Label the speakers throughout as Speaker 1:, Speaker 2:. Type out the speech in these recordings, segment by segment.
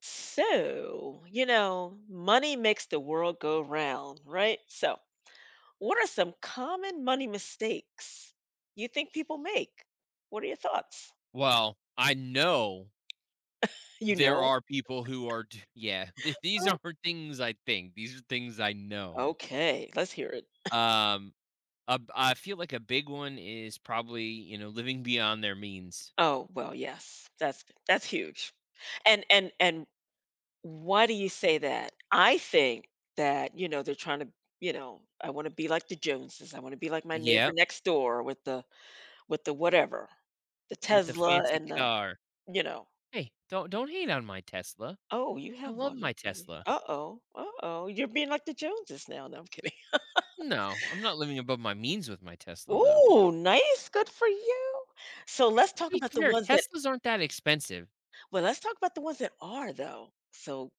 Speaker 1: So, you know, money makes the world go round, right? So, what are some common money mistakes you think people make? What are your thoughts?
Speaker 2: Well, I know
Speaker 1: You
Speaker 2: there
Speaker 1: know?
Speaker 2: are people who are d yeah, th these
Speaker 1: Uh,
Speaker 2: aren't things I think, these are things I know.
Speaker 1: Okay, let's hear it.
Speaker 2: Um, I feel like a big one is probably, you know, living beyond their means.
Speaker 1: Oh, well, yes. That's huge. And why do you say that? I think that, they're trying to, I want to be like the Joneses. I want to be like my neighbor
Speaker 2: Yep,
Speaker 1: next door with the whatever, the
Speaker 2: with the
Speaker 1: Tesla
Speaker 2: fancy
Speaker 1: and the,
Speaker 2: car.
Speaker 1: you know,
Speaker 2: "Hey, don't hate on my Tesla.
Speaker 1: Oh, you
Speaker 2: I
Speaker 1: have
Speaker 2: love
Speaker 1: one,
Speaker 2: my
Speaker 1: okay.
Speaker 2: Tesla."
Speaker 1: Uh-oh, uh-oh, you're being like the Joneses now. No, I'm kidding.
Speaker 2: No, I'm not living above my means with my Tesla, though.
Speaker 1: Oh, nice, good for you. So let's
Speaker 2: To
Speaker 1: talk
Speaker 2: be
Speaker 1: about the
Speaker 2: fair,
Speaker 1: ones that
Speaker 2: Teslas aren't that expensive.
Speaker 1: well, let's talk about the ones that are though. So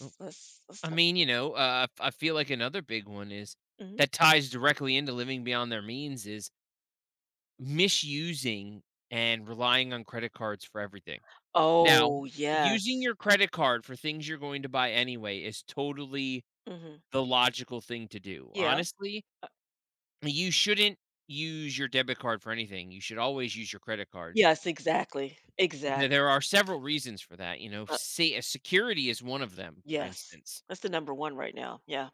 Speaker 2: Oh,
Speaker 1: let's let's
Speaker 2: I
Speaker 1: talk
Speaker 2: mean, you know, I feel like another big one is
Speaker 1: mhm.
Speaker 2: that ties directly into living beyond their means is misusing and relying on credit cards for everything. Now,
Speaker 1: Oh,
Speaker 2: using
Speaker 1: yes.
Speaker 2: your credit card for things you're going to buy anyway is totally
Speaker 1: Mhm.
Speaker 2: the logical thing to do.
Speaker 1: Yeah.
Speaker 2: Honestly,
Speaker 1: Uh,
Speaker 2: you shouldn't use your debit card for anything. You should always use your credit card.
Speaker 1: yes, exactly, exactly.
Speaker 2: There are several reasons for that, you know,
Speaker 1: uh,
Speaker 2: say security is one of them, for
Speaker 1: yes.
Speaker 2: instance.
Speaker 1: That's the number 1 right now. Yeah,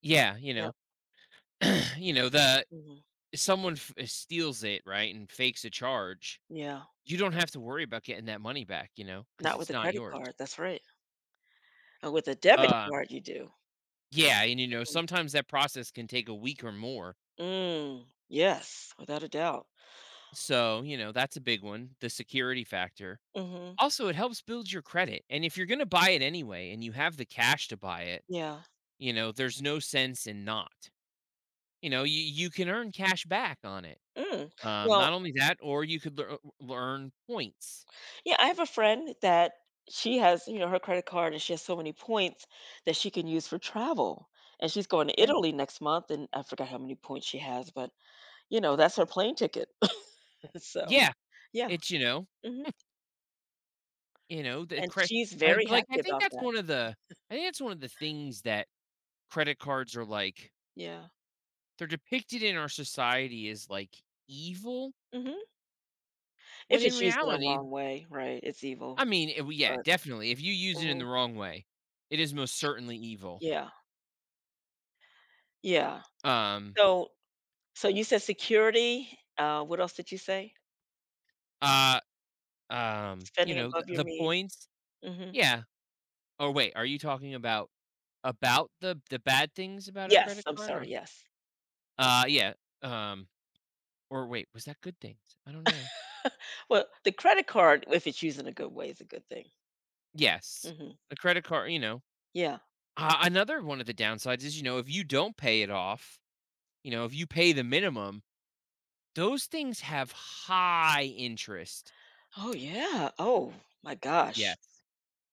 Speaker 2: Yeah, you
Speaker 1: yep,
Speaker 2: know, you know, the
Speaker 1: mhm,
Speaker 2: someone f- eh, steals it, right, and fakes a charge.
Speaker 1: yeah.
Speaker 2: You don't have to worry about getting that money back, you know, because
Speaker 1: Not with
Speaker 2: it's
Speaker 1: a
Speaker 2: not
Speaker 1: credit
Speaker 2: yours.
Speaker 1: card, that's right. And with a debit
Speaker 2: Uh,
Speaker 1: card, you do.
Speaker 2: yeah, and, you know,
Speaker 1: Mhm.
Speaker 2: sometimes that process can take a week or more.
Speaker 1: Mm, yes, without a doubt.
Speaker 2: So, you know, that's a big one, the security factor.
Speaker 1: Mhm.
Speaker 2: Also, it helps build your credit. And if you're going to buy it anyway and you have the cash to buy it,
Speaker 1: Yeah.
Speaker 2: you know, there's no sense in not. You know, you can earn cash back on it.
Speaker 1: Mm. Well,
Speaker 2: Not only that, or you could learn points.
Speaker 1: yeah, I have a friend that she has her credit card and she has so many points that she can use for travel. And she's going to
Speaker 2: Yeah.
Speaker 1: Italy next month and I forgot how many points she has, but that's her plane ticket. So,
Speaker 2: Yeah.
Speaker 1: yeah.
Speaker 2: It's,
Speaker 1: Hmm.
Speaker 2: you know, the
Speaker 1: And
Speaker 2: credit,
Speaker 1: she's very
Speaker 2: like,
Speaker 1: happy
Speaker 2: I think
Speaker 1: about
Speaker 2: that's
Speaker 1: that.
Speaker 2: one of the, I think that's one of the things that credit cards are like
Speaker 1: Yeah.
Speaker 2: they're depicted in our society as like evil
Speaker 1: Hmm.
Speaker 2: when
Speaker 1: If
Speaker 2: in
Speaker 1: it's used in a
Speaker 2: reality
Speaker 1: wrong way, right? It's evil.
Speaker 2: I mean it, yeah
Speaker 1: But
Speaker 2: definitely if you use it in
Speaker 1: Mhm.
Speaker 2: the wrong way it is most certainly evil.
Speaker 1: yeah. Yeah.
Speaker 2: um
Speaker 1: So, so, you said security. What else did you say?
Speaker 2: uh you
Speaker 1: Spending
Speaker 2: know
Speaker 1: above your
Speaker 2: the
Speaker 1: means.
Speaker 2: points.
Speaker 1: Hmm.
Speaker 2: Yeah, or wait, are you talking about about the bad things about a
Speaker 1: Yes,
Speaker 2: credit
Speaker 1: I'm
Speaker 2: card,
Speaker 1: sorry,
Speaker 2: or
Speaker 1: yes.
Speaker 2: yeah, um or wait, was that good things? I don't know.
Speaker 1: Well, the credit card, if it's used in a good way, is a good thing.
Speaker 2: Yes,
Speaker 1: Mhm,
Speaker 2: a credit card, you know,
Speaker 1: yeah.
Speaker 2: another one of the downsides is, you know, if you don't pay it off, you know, if you pay the minimum, those things have high interest.
Speaker 1: Oh, yeah. Oh, my gosh.
Speaker 2: Yes.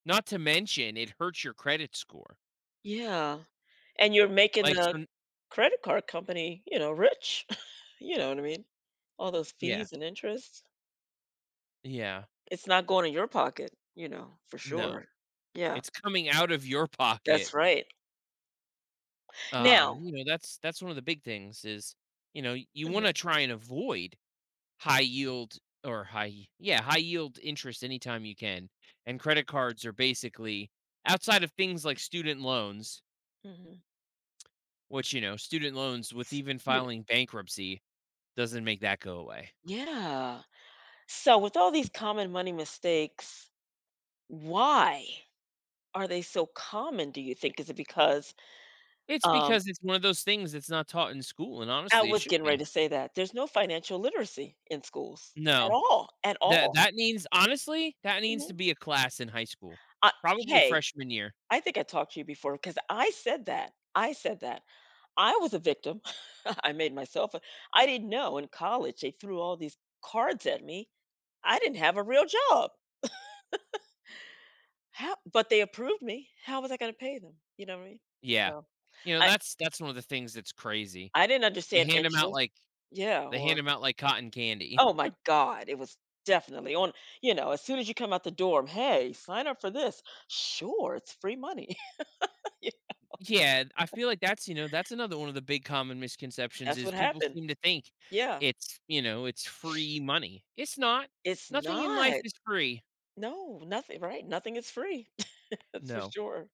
Speaker 2: Not to mention it hurts your credit score.
Speaker 1: Yeah, and you're making
Speaker 2: Like,
Speaker 1: the
Speaker 2: so n-
Speaker 1: credit card company, rich, you know what I mean? All those
Speaker 2: yeah,
Speaker 1: fees and interest.
Speaker 2: yeah,
Speaker 1: It's not going in your pocket, for
Speaker 2: no.
Speaker 1: sure. Yeah,
Speaker 2: It's coming out of your
Speaker 1: that's
Speaker 2: pocket.
Speaker 1: right. Now
Speaker 2: You know, that's one of the big things is, you know, you wanna
Speaker 1: Mhm,
Speaker 2: try and avoid high yield or high yield interest anytime you can, and credit cards are basically outside of things like student loans,
Speaker 1: mhm.
Speaker 2: which, you know, student loans with even
Speaker 1: Student
Speaker 2: filing bankruptcy doesn't make that go away.
Speaker 1: Yeah. So with all these common money mistakes, why? Are they so common, do you think? Is it because
Speaker 2: It's
Speaker 1: um,
Speaker 2: because it's one of those things that's not taught in school, and
Speaker 1: I
Speaker 2: honestly, it
Speaker 1: was
Speaker 2: should
Speaker 1: getting
Speaker 2: be.
Speaker 1: ready to say that. There's no financial literacy in schools at
Speaker 2: No.
Speaker 1: all, at
Speaker 2: That
Speaker 1: all.
Speaker 2: that needs honestly, that needs to
Speaker 1: Mhm.
Speaker 2: be a class in high school.
Speaker 1: I
Speaker 2: Probably
Speaker 1: Hey,
Speaker 2: freshman year.
Speaker 1: I think I talked to you before because I said that. I said that. I was a victim. I made myself a I didn't know in college they threw all these cards at me. I didn't have a real job. How but they approved me. How was I gonna pay them? You know what I mean?
Speaker 2: Yeah.
Speaker 1: So
Speaker 2: You know,
Speaker 1: I
Speaker 2: that's one of the things that's crazy.
Speaker 1: I didn't
Speaker 2: They
Speaker 1: understand
Speaker 2: hand them out
Speaker 1: interest.
Speaker 2: like
Speaker 1: Yeah,
Speaker 2: they hand
Speaker 1: or
Speaker 2: them out like cotton candy.
Speaker 1: Oh my God, it was definitely on, as soon as you come out the dorm, "Hey, sign up for this." "Sure, it's free money." Yeah,
Speaker 2: Yeah, I feel like that's, you know, that's another one of the big common misconceptions
Speaker 1: that's what
Speaker 2: is people
Speaker 1: happened.
Speaker 2: seem to think
Speaker 1: Yeah,
Speaker 2: it's, you know, it's free money. It's not.
Speaker 1: it's
Speaker 2: Nothing in life
Speaker 1: not.
Speaker 2: is free.
Speaker 1: No, nothing, right? Nothing is free. That's for
Speaker 2: No.
Speaker 1: sure.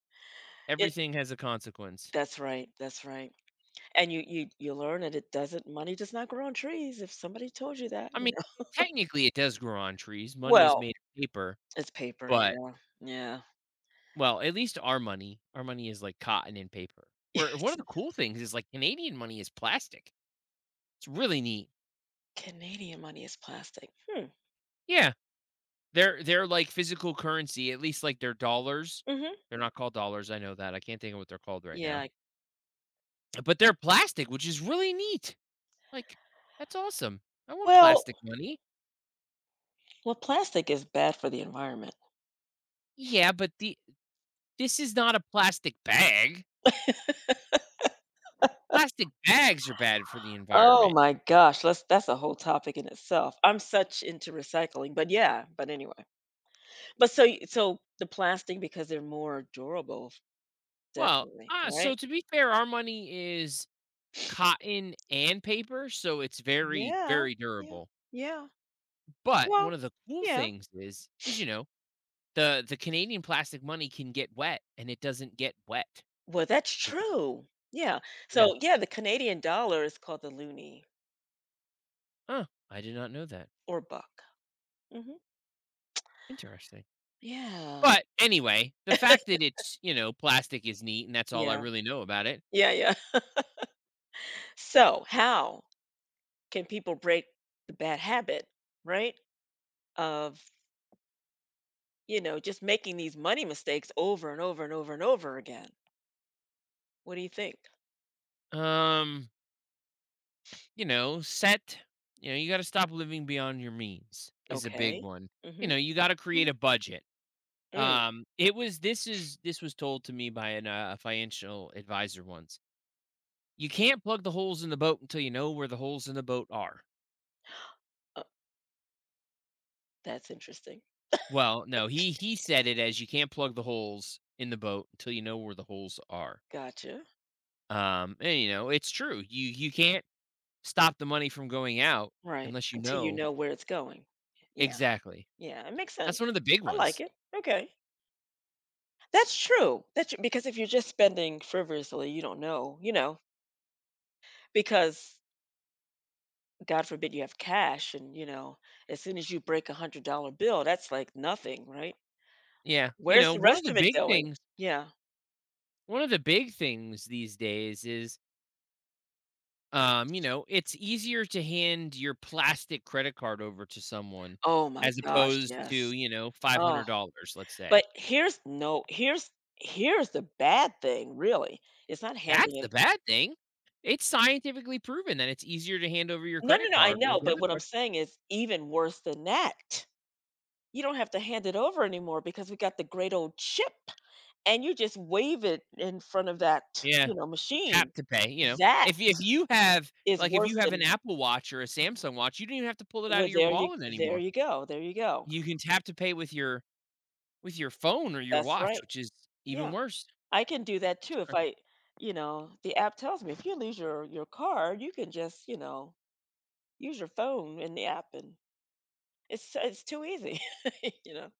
Speaker 1: It
Speaker 2: Everything has a consequence.
Speaker 1: That's right, that's right. And you learn that it doesn't money does not grow on trees if somebody told you that,
Speaker 2: I
Speaker 1: you
Speaker 2: mean,
Speaker 1: know.
Speaker 2: technically it does grow on trees. Money is
Speaker 1: Well,
Speaker 2: made of paper,
Speaker 1: it's paper,
Speaker 2: but
Speaker 1: yeah, yeah.
Speaker 2: well, at least our money is like cotton and paper. Where one
Speaker 1: Yes,
Speaker 2: of the cool things is like Canadian money is plastic. It's really neat.
Speaker 1: Canadian money is plastic. Hmm,
Speaker 2: Yeah. They're like physical currency, at least like their dollars.
Speaker 1: mhm.
Speaker 2: They're not called dollars. I know that. I can't think of what they're called right now.
Speaker 1: Yeah,
Speaker 2: But they're plastic, which is really neat. Like, that's awesome. I want
Speaker 1: well
Speaker 2: plastic money.
Speaker 1: Well, plastic is bad for the environment.
Speaker 2: Yeah, but the this is not a plastic bag. Plastic bags are bad for the
Speaker 1: Oh
Speaker 2: environment.
Speaker 1: my gosh, let's that's a whole topic in itself. I'm such into recycling, but yeah, but anyway. But so the plastic because they're more durable,
Speaker 2: Well,
Speaker 1: definitely,
Speaker 2: ah,
Speaker 1: right?
Speaker 2: so to be fair, our money is cotton and paper, so it's very,
Speaker 1: Yeah.
Speaker 2: very
Speaker 1: Yeah.
Speaker 2: durable.
Speaker 1: Yeah.
Speaker 2: But one
Speaker 1: Well,
Speaker 2: of the cool
Speaker 1: yeah.
Speaker 2: things is you know, the Canadian plastic money can get wet, and it doesn't get wet
Speaker 1: Well, that's
Speaker 2: 'cause it's
Speaker 1: true. Yeah.
Speaker 2: yeah.
Speaker 1: So yeah, the Canadian dollar is called the loonie
Speaker 2: Huh, I did not know that.
Speaker 1: or buck. Hmm.
Speaker 2: Interesting.
Speaker 1: Yeah.
Speaker 2: But anyway, the fact that it's you know plastic is neat, and that's all I
Speaker 1: Yeah.
Speaker 2: really know about it.
Speaker 1: Yeah, yeah. So, how can people break the bad habit, right? Of just making these money mistakes over and over and over and over again. What do you think?
Speaker 2: Um, you know, set. You know, you got to stop living beyond your means is a big
Speaker 1: Okay.
Speaker 2: one. You
Speaker 1: Mhm.
Speaker 2: know, you got to create
Speaker 1: Mm.
Speaker 2: a budget.
Speaker 1: Mm.
Speaker 2: It was this is This was told to me by a financial advisor once. You can't plug the holes in the boat until you know where the holes in the boat are.
Speaker 1: Oh, that's interesting.
Speaker 2: Well, no, he said it as you can't plug the holes in the boat until you know where the holes are.
Speaker 1: Gotcha.
Speaker 2: And you know, it's true. You can't stop the money from going out
Speaker 1: Right.
Speaker 2: unless you
Speaker 1: Until you
Speaker 2: know
Speaker 1: know where it's going. Yeah.
Speaker 2: exactly.
Speaker 1: Yeah. It makes
Speaker 2: That's
Speaker 1: sense.
Speaker 2: one of the big
Speaker 1: I like
Speaker 2: ones.
Speaker 1: it. Okay. That's true. That's true. Because if you're just spending frivolously, you don't know, because God forbid you have cash and, as soon as you break $100 bill, that's like nothing, right?
Speaker 2: Yeah. You
Speaker 1: Where's
Speaker 2: know,
Speaker 1: the rest of it going? Yeah.
Speaker 2: one of the big things these days is you know, it's easier to hand your plastic credit card over to someone
Speaker 1: Oh my
Speaker 2: as
Speaker 1: gosh.
Speaker 2: opposed to,
Speaker 1: Yes.
Speaker 2: you know,
Speaker 1: Oh,
Speaker 2: $500, let's say.
Speaker 1: but here's no, here's the bad thing, really. It's not
Speaker 2: That's
Speaker 1: handing it
Speaker 2: the bad thing. It's scientifically proven that it's easier to hand over your
Speaker 1: No, no,
Speaker 2: credit
Speaker 1: no, I
Speaker 2: card or
Speaker 1: know, but
Speaker 2: debit
Speaker 1: what I'm
Speaker 2: card.
Speaker 1: saying is even worse than that. You don't have to hand it over anymore because we got the great old chip, and you just wave it in front of that,
Speaker 2: Yeah,
Speaker 1: you know,
Speaker 2: tap
Speaker 1: machine.
Speaker 2: to pay, you know.
Speaker 1: That
Speaker 2: If you have
Speaker 1: is
Speaker 2: like if
Speaker 1: worse
Speaker 2: you have an
Speaker 1: than
Speaker 2: Apple Watch or a Samsung Watch, you don't even have to pull it out
Speaker 1: well,
Speaker 2: of your
Speaker 1: there you
Speaker 2: wallet
Speaker 1: there
Speaker 2: anymore.
Speaker 1: you go, there you go.
Speaker 2: You can tap to pay with your phone or your
Speaker 1: That's
Speaker 2: watch,
Speaker 1: right.
Speaker 2: which is even
Speaker 1: Yeah,
Speaker 2: worse.
Speaker 1: I can do that too if I the app tells me, "If you lose your card, you can just" Use your phone in the app, and it's too easy, you know?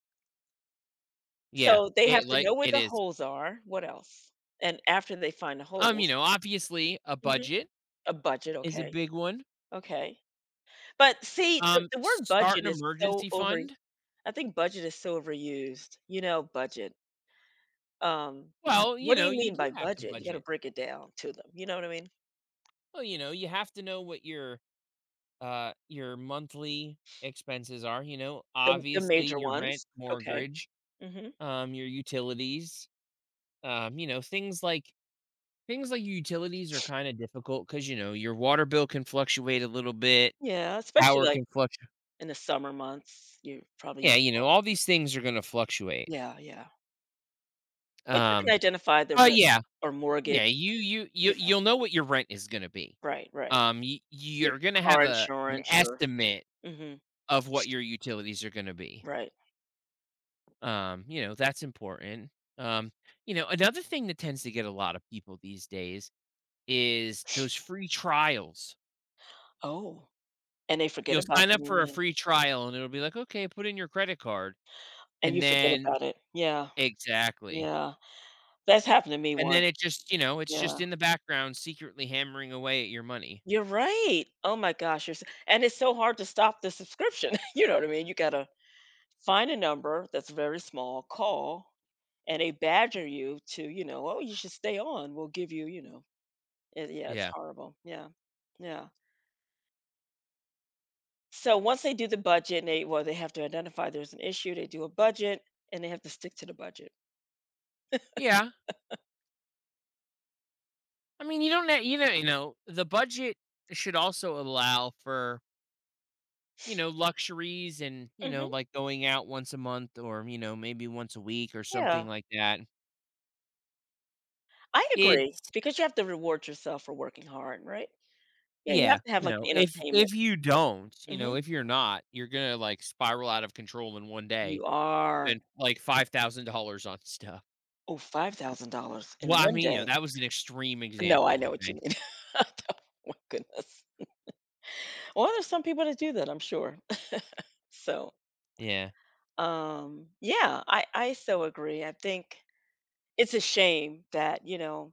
Speaker 2: Yeah,
Speaker 1: So, they have
Speaker 2: it
Speaker 1: to
Speaker 2: like
Speaker 1: know where
Speaker 2: it
Speaker 1: the
Speaker 2: is.
Speaker 1: holes are. What else? And after they find the
Speaker 2: You
Speaker 1: holes
Speaker 2: know, obviously a
Speaker 1: Mhm.
Speaker 2: budget
Speaker 1: A budget,
Speaker 2: is a
Speaker 1: okay,
Speaker 2: big one.
Speaker 1: okay. But see, the the word
Speaker 2: Start
Speaker 1: budget
Speaker 2: an
Speaker 1: is so
Speaker 2: emergency
Speaker 1: over
Speaker 2: fund.
Speaker 1: I think budget is so overused, you know, budget. Um,
Speaker 2: Well, you
Speaker 1: what do
Speaker 2: know,
Speaker 1: you
Speaker 2: you
Speaker 1: mean by
Speaker 2: do have to
Speaker 1: budget? You gotta
Speaker 2: budget.
Speaker 1: break it down to them, you know what I mean?
Speaker 2: Well, you know, you have to know what your monthly expenses are, you know,
Speaker 1: The
Speaker 2: obviously
Speaker 1: major
Speaker 2: your rent,
Speaker 1: ones, okay.
Speaker 2: mortgage,
Speaker 1: Mhm.
Speaker 2: your utilities, you know, things like your utilities are kind of difficult because you know your water bill can fluctuate a little bit,
Speaker 1: Yeah, especially,
Speaker 2: power
Speaker 1: like,
Speaker 2: can fluctuate.
Speaker 1: in the summer months, you're probably
Speaker 2: Yeah,
Speaker 1: using
Speaker 2: you know,
Speaker 1: more
Speaker 2: all these things are gonna fluctuate.
Speaker 1: Yeah, yeah. But you can
Speaker 2: Um,
Speaker 1: identify the
Speaker 2: but
Speaker 1: rent
Speaker 2: yeah,
Speaker 1: or mortgage,
Speaker 2: Yeah,
Speaker 1: you know
Speaker 2: you'll know what your rent is gonna be.
Speaker 1: right, right.
Speaker 2: You
Speaker 1: Your
Speaker 2: you're gonna
Speaker 1: car
Speaker 2: have a an
Speaker 1: insurance, your
Speaker 2: estimate
Speaker 1: mhm,
Speaker 2: of what your utilities are gonna be.
Speaker 1: right.
Speaker 2: You know, that's important. Um, you know, another thing that tends to get a lot of people these days is those free trials.
Speaker 1: Oh, and they forget
Speaker 2: You'll
Speaker 1: about
Speaker 2: sign
Speaker 1: them,
Speaker 2: up
Speaker 1: you
Speaker 2: for a
Speaker 1: mean?
Speaker 2: free trial and it'll be like, "Okay, put in your credit card."
Speaker 1: And you
Speaker 2: And
Speaker 1: forget
Speaker 2: then
Speaker 1: about it. Yeah,
Speaker 2: exactly.
Speaker 1: yeah. That's happened to me
Speaker 2: And then
Speaker 1: once.
Speaker 2: it just, you know, it's just
Speaker 1: Yeah.
Speaker 2: in the background secretly hammering away at your money.
Speaker 1: You're right. Oh my gosh, you're s and it's so hard to stop the subscription, you know what I mean? You gotta find a number that's very small, call, and they badger you to, "Oh, you should stay on. We'll give you" you know, it yeah, it's
Speaker 2: Yeah.
Speaker 1: horrible. Yeah. Yeah. So once they do the budget, and they well, they have to identify there's an issue, they do a budget, and they have to stick to the budget.
Speaker 2: Yeah. I mean, you don't know, you know, you know, the budget should also allow for, you know, luxuries and, you
Speaker 1: Mhm,
Speaker 2: know, like going out once a month or, you know, maybe once a week or
Speaker 1: yeah,
Speaker 2: something like that.
Speaker 1: I agree,
Speaker 2: It's
Speaker 1: because you have to reward yourself for working hard, right? Yeah, you
Speaker 2: yeah,
Speaker 1: have to have,
Speaker 2: you
Speaker 1: like, an
Speaker 2: know, if
Speaker 1: entertainment
Speaker 2: if you
Speaker 1: budget.
Speaker 2: don't, you know,
Speaker 1: Mhm.
Speaker 2: if you're not, you're gonna like spiral out of control in one day
Speaker 1: You are
Speaker 2: and like $5,000 on stuff.
Speaker 1: oh, $5,000 in
Speaker 2: Well, I
Speaker 1: one
Speaker 2: mean, you know,
Speaker 1: day.
Speaker 2: that was an extreme
Speaker 1: No, I know
Speaker 2: example,
Speaker 1: what
Speaker 2: okay?
Speaker 1: you mean. I don't my goodness. Well, there's some people that do that, I'm sure. So,
Speaker 2: Yeah.
Speaker 1: yeah, I so agree. I think it's a shame that,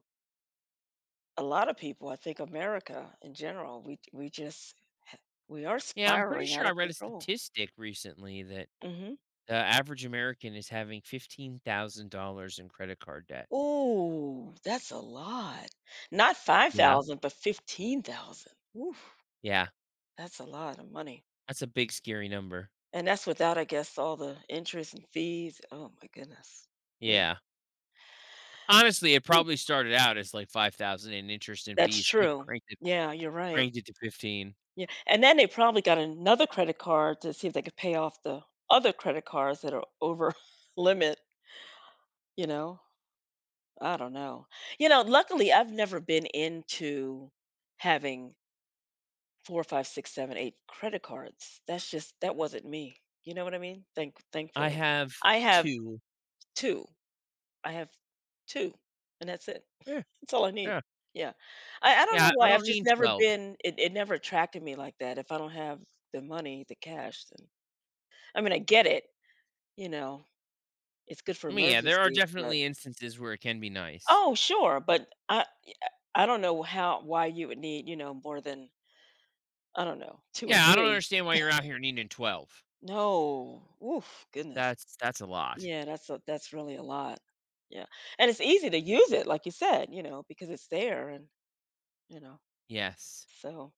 Speaker 1: a lot of people, I think America in general, ha- we are
Speaker 2: Yeah, I'm pretty
Speaker 1: spiraling out
Speaker 2: sure I
Speaker 1: of
Speaker 2: read a
Speaker 1: control.
Speaker 2: statistic recently that
Speaker 1: Hmm.
Speaker 2: the average American is having $15,000 in credit card debt.
Speaker 1: Ooh, that's a lot. Not
Speaker 2: Yeah,
Speaker 1: 5,000, but 15,000. Ooh,
Speaker 2: yeah.
Speaker 1: that's a lot of money.
Speaker 2: That's a big scary number.
Speaker 1: And that's without, I guess, all the interest and fees. Oh my goodness. Mm,
Speaker 2: Yeah. Honestly, it
Speaker 1: ooh,
Speaker 2: probably started out as like 5,000 in interest and
Speaker 1: that's
Speaker 2: fees and
Speaker 1: true. Yeah, you're right.
Speaker 2: cranked it to 15.
Speaker 1: Yeah. And then they probably got another credit card to see if they could pay off the other credit cards that are over limit, you know? I don't know. You know, luckily, I've never been into having four, five, six, seven, eight credit cards. That's just that wasn't me. You know what I mean? Thank,
Speaker 2: I
Speaker 1: thankfully,
Speaker 2: have
Speaker 1: I have
Speaker 2: 2.
Speaker 1: two. I have two, and that's it.
Speaker 2: Yeah,
Speaker 1: That's all I need.
Speaker 2: yeah.
Speaker 1: Yeah, I don't
Speaker 2: Yeah,
Speaker 1: know
Speaker 2: I
Speaker 1: why. I've
Speaker 2: don't
Speaker 1: just
Speaker 2: need
Speaker 1: never
Speaker 2: 12.
Speaker 1: been. It never attracted me like that. If I don't have the money, the cash, then I mean, I get it. You know, it's good for
Speaker 2: I mean, yeah, there are
Speaker 1: emergencies, but
Speaker 2: definitely instances where it can be nice.
Speaker 1: oh, sure. But I don't know how why you would need more than I don't know, 2 or
Speaker 2: Yeah, I don't
Speaker 1: 3.
Speaker 2: understand why you're out here needing 12.
Speaker 1: No. Oof, goodness.
Speaker 2: That's a lot.
Speaker 1: Yeah, that's really a lot. Yeah, and it's easy to use it, like you said, because it's there and, you know,
Speaker 2: Yes.
Speaker 1: so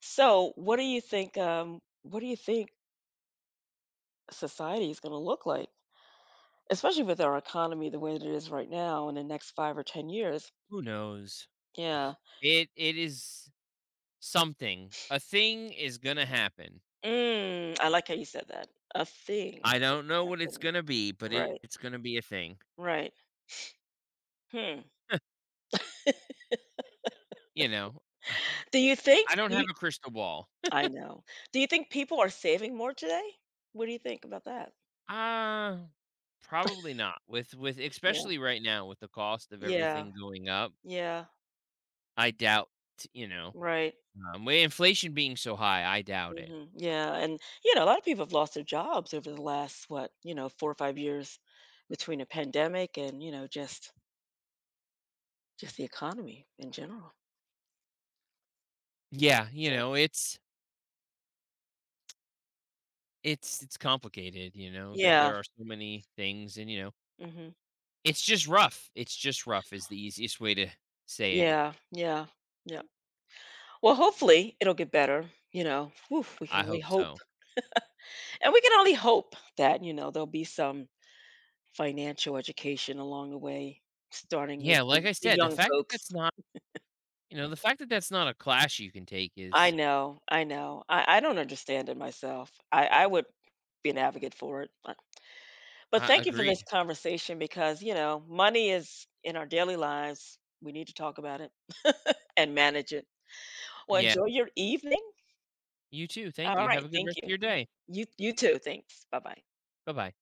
Speaker 1: so what do you think, what do you think society is gonna look like? Especially with our economy the way that it is right now in the next 5 or 10 years.
Speaker 2: Who knows?
Speaker 1: Yeah.
Speaker 2: It is something. A thing is gonna happen.
Speaker 1: Mm, I like how you said that. A thing is
Speaker 2: I
Speaker 1: what's
Speaker 2: don't know what it's
Speaker 1: happening.
Speaker 2: gonna be, but it,
Speaker 1: Right,
Speaker 2: it's gonna be a thing,
Speaker 1: right. Hmm.
Speaker 2: you know?
Speaker 1: Do you think
Speaker 2: I don't
Speaker 1: do you
Speaker 2: have a crystal ball.
Speaker 1: I know. Do you think people are saving more today? What do you think about that?
Speaker 2: Uh, Probably not. With
Speaker 1: Yeah.
Speaker 2: especially right now with the cost of
Speaker 1: Yeah.
Speaker 2: everything going up,
Speaker 1: Yeah.
Speaker 2: I doubt, you know,
Speaker 1: Right.
Speaker 2: with inflation being so high, I doubt it.
Speaker 1: Mhm. Yeah, and, a lot of people have lost their jobs over the last, what, 4 or 5 years between a pandemic and, just the economy in general.
Speaker 2: Yeah, you
Speaker 1: So
Speaker 2: know, it's it's complicated, you know, that
Speaker 1: Yeah.
Speaker 2: there are so many things and, you know,
Speaker 1: Mhm.
Speaker 2: it's just rough. It's just rough is the easiest way to say it.
Speaker 1: Yeah. Yeah. Yeah. Well, hopefully, it'll get better, you know? Whew, we can
Speaker 2: I
Speaker 1: only
Speaker 2: hope
Speaker 1: hope.
Speaker 2: so.
Speaker 1: And we can only hope that, there'll be some financial education along the way, starting with
Speaker 2: Yeah, like
Speaker 1: the
Speaker 2: I
Speaker 1: the
Speaker 2: said,
Speaker 1: young folks.
Speaker 2: the fact that that's not a class you can take
Speaker 1: I
Speaker 2: is
Speaker 1: know, I know. I don't understand it myself. I would be an advocate for it, but thank you for this
Speaker 2: agreed.
Speaker 1: conversation because, money is in our daily lives. We need to talk about it and manage it. Well,
Speaker 2: Yeah,
Speaker 1: enjoy your evening.
Speaker 2: you too, thank
Speaker 1: All
Speaker 2: you, have
Speaker 1: right,
Speaker 2: a good
Speaker 1: thank
Speaker 2: rest of
Speaker 1: you.
Speaker 2: your day.
Speaker 1: You too, thanks. Bye-bye.
Speaker 2: Bye-bye.